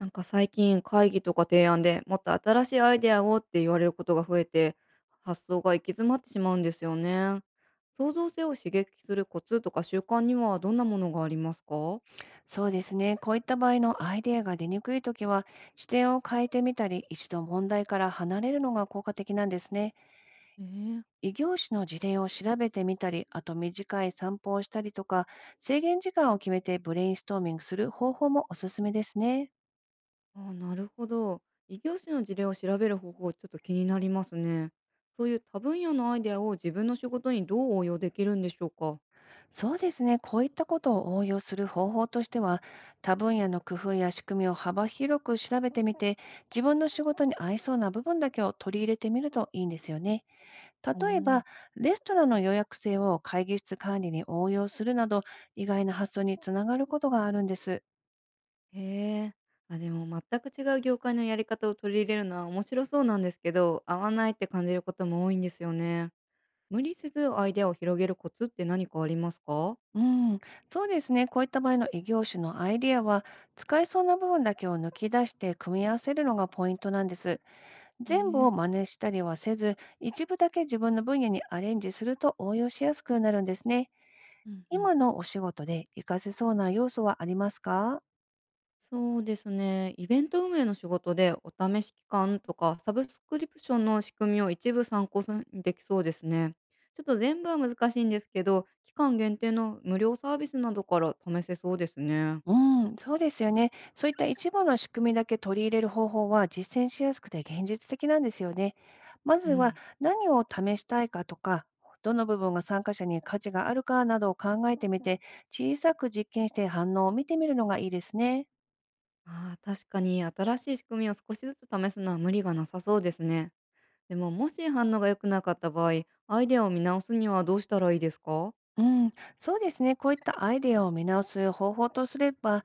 なんか最近会議とか提案でもっと新しいアイデアをって言われることが増えて、発想が行き詰まってしまうんですよね。創造性を刺激するコツとか習慣にはどんなものがありますか？そうですね。こういった場合のアイデアが出にくいときは、視点を変えてみたり、一度問題から離れるのが効果的なんですね。えー、異業種の事例を調べてみたり、あと短い散歩をしたりとか、制限時間を決めてブレインストーミングする方法もおすすめですね。あー、なるほど。異業種の事例を調べる方法ちょっと気になりますね。そういう多分野のアイデアを自分の仕事にどう応用できるんでしょうか？そうですね。こういったことを応用する方法としては、他分野の工夫や仕組みを幅広く調べてみて、自分の仕事に合いそうな部分だけを取り入れてみるといいんですよね。う例えん。ば、レストランの予約制を会議室管理に応用するなど、意外な発想につながることがあるんです。へえ。あ、でも全く違う業界のやり方を取り入れるのは面白そうなんですけど、合わないって感じることも多いんですよね。無理せずアイデアを広げるコツって何かありますか？うん、そうですね。こういった場合の異業種のアイディアは、使えそうな部分だけを抜き出して組み合わせるのがポイントなんです。全部ええ。を真似したりはせず、一部だけ自分の分野にアレンジすると応用しやすくなるんですね。うんうん。今のお仕事で活かせそうな要素はありますか？そうですね。イベント運営の仕事でお試し期間とかサブスクリプションの仕組みを一部参考にできそうですね。ちょっと全部は難しいんですけど、期間限定の無料サービスなどから試せそうですね。うん、そうですよね。そういった一部の仕組みだけ取り入れる方法は実践しやすくて現実的なんですよね。まうずはん。何を試したいかとか、どの部分が参加者に価値があるかなどを考えてみて、小さく実験して反応を見てみるのがいいですね。ああ、確かに新しい仕組みを少しずつ試すのは無理がなさそうですね。でも、もし反応が良くなかった場合、アイデアを見直すにはどうしたらいいですか？うん、そうですね。こういったアイデアを見直す方法とすれば、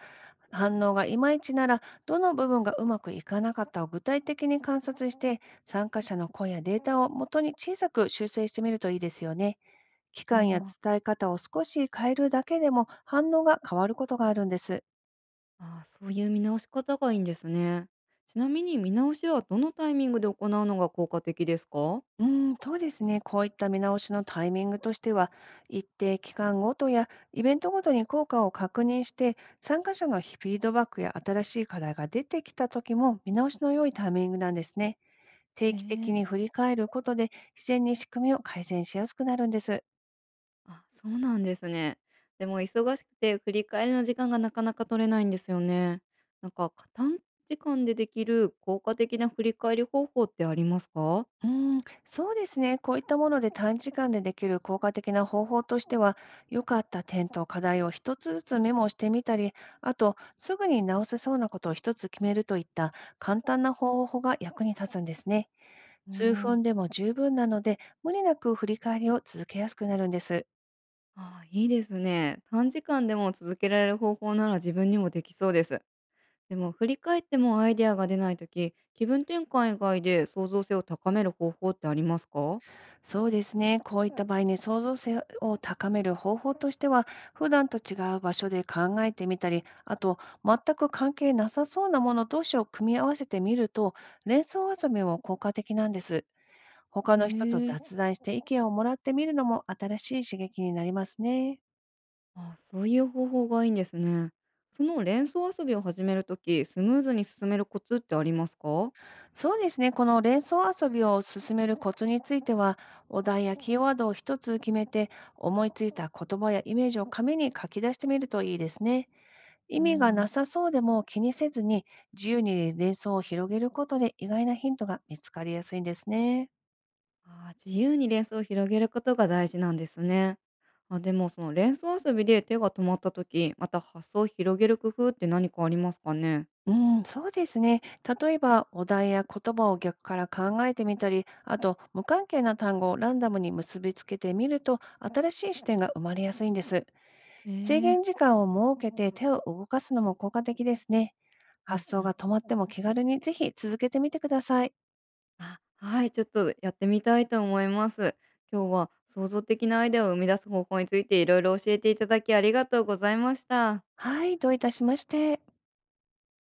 反応がいまいちなら、どの部分がうまくいかなかったを具体的に観察して、参加者の声やデータを元に小さく修正してみるといいですよね。期あー間やあー、伝え方を少し変えるだけでも反応が変わることがあるんです。あ、そういう見直し方がいいんですね。ちなみに見直しはどのタイミングで行うのが効果的ですか？うん、そうですね。こういった見直しのタイミングとしては、一定期間ごとやイベントごとに効果を確認して、参加者のフィードバックや新しい課題が出てきた時も見直しの良いタイミングなんですね。定期的ええ。に振り返ることで、自然に仕組みを改善しやすくなるんです。あ、そうなんですね。でも忙しくて振り返りの時間がなかなか取れないんですよね。なんか短時間でできる効果的な振り返り方法ってありますか？うーん、そうですね。こういったもので短時間でできる効果的な方法としては、良かった点と課題を一つずつメモしてみたり、あと、すぐに直せそうなことを一つ決めるといった簡単な方法が役に立つんですね。数あ分であ。も十分なので、無理なく振り返りを続けやすくなるんです。ああ、いいですね。短時間でも続けられる方法なら自分にもできそうです。でも振り返ってもアイデアが出ないとき、気分転換以外で創造性を高める方法ってありますか？そうですね。こういった場合に創造性を高める方法としては、普段と違う場所で考えてみたり、あと、全く関係なさそうなもの同士を組み合わせてみると、連想遊びも効果的なんです。他への人とえ。雑談して意見をもらってみるのも新しい刺激になりますね。あ、そういう方法がいいんですね。その連想遊びを始めるとき、スムーズに進めるコツってありますか？そうですね。この連想遊びを進めるコツについては、お題やキーワードを一つ決めて、思いついた言葉やイメージを紙に書き出してみるといいですね。意う味がなん。さそうでも気にせずに、自由に連想を広げることで意外なヒントが見つかりやすいんですね。ああ、自由に連想を広げることが大事なんですね。あ、でもその連想遊びで手が止まったとき、また発想を広げる工夫って何かありますかね？うん、そうですね。例えば、お題や言葉を逆から考えてみたり、あと、無関係な単語をランダムに結びつけてみると、新しい視点が生まれやすいんです。制え限え。時間を設けて手を動かすのも効果的ですね。うん発う想がん。止まっても気軽にぜひ続けてみてください。あ、はい、ちょっとやってみたいと思います。今日は創造的なアイデアを生み出す方法についていろいろ教えていただきありがとうございました。はい、どういたしまして。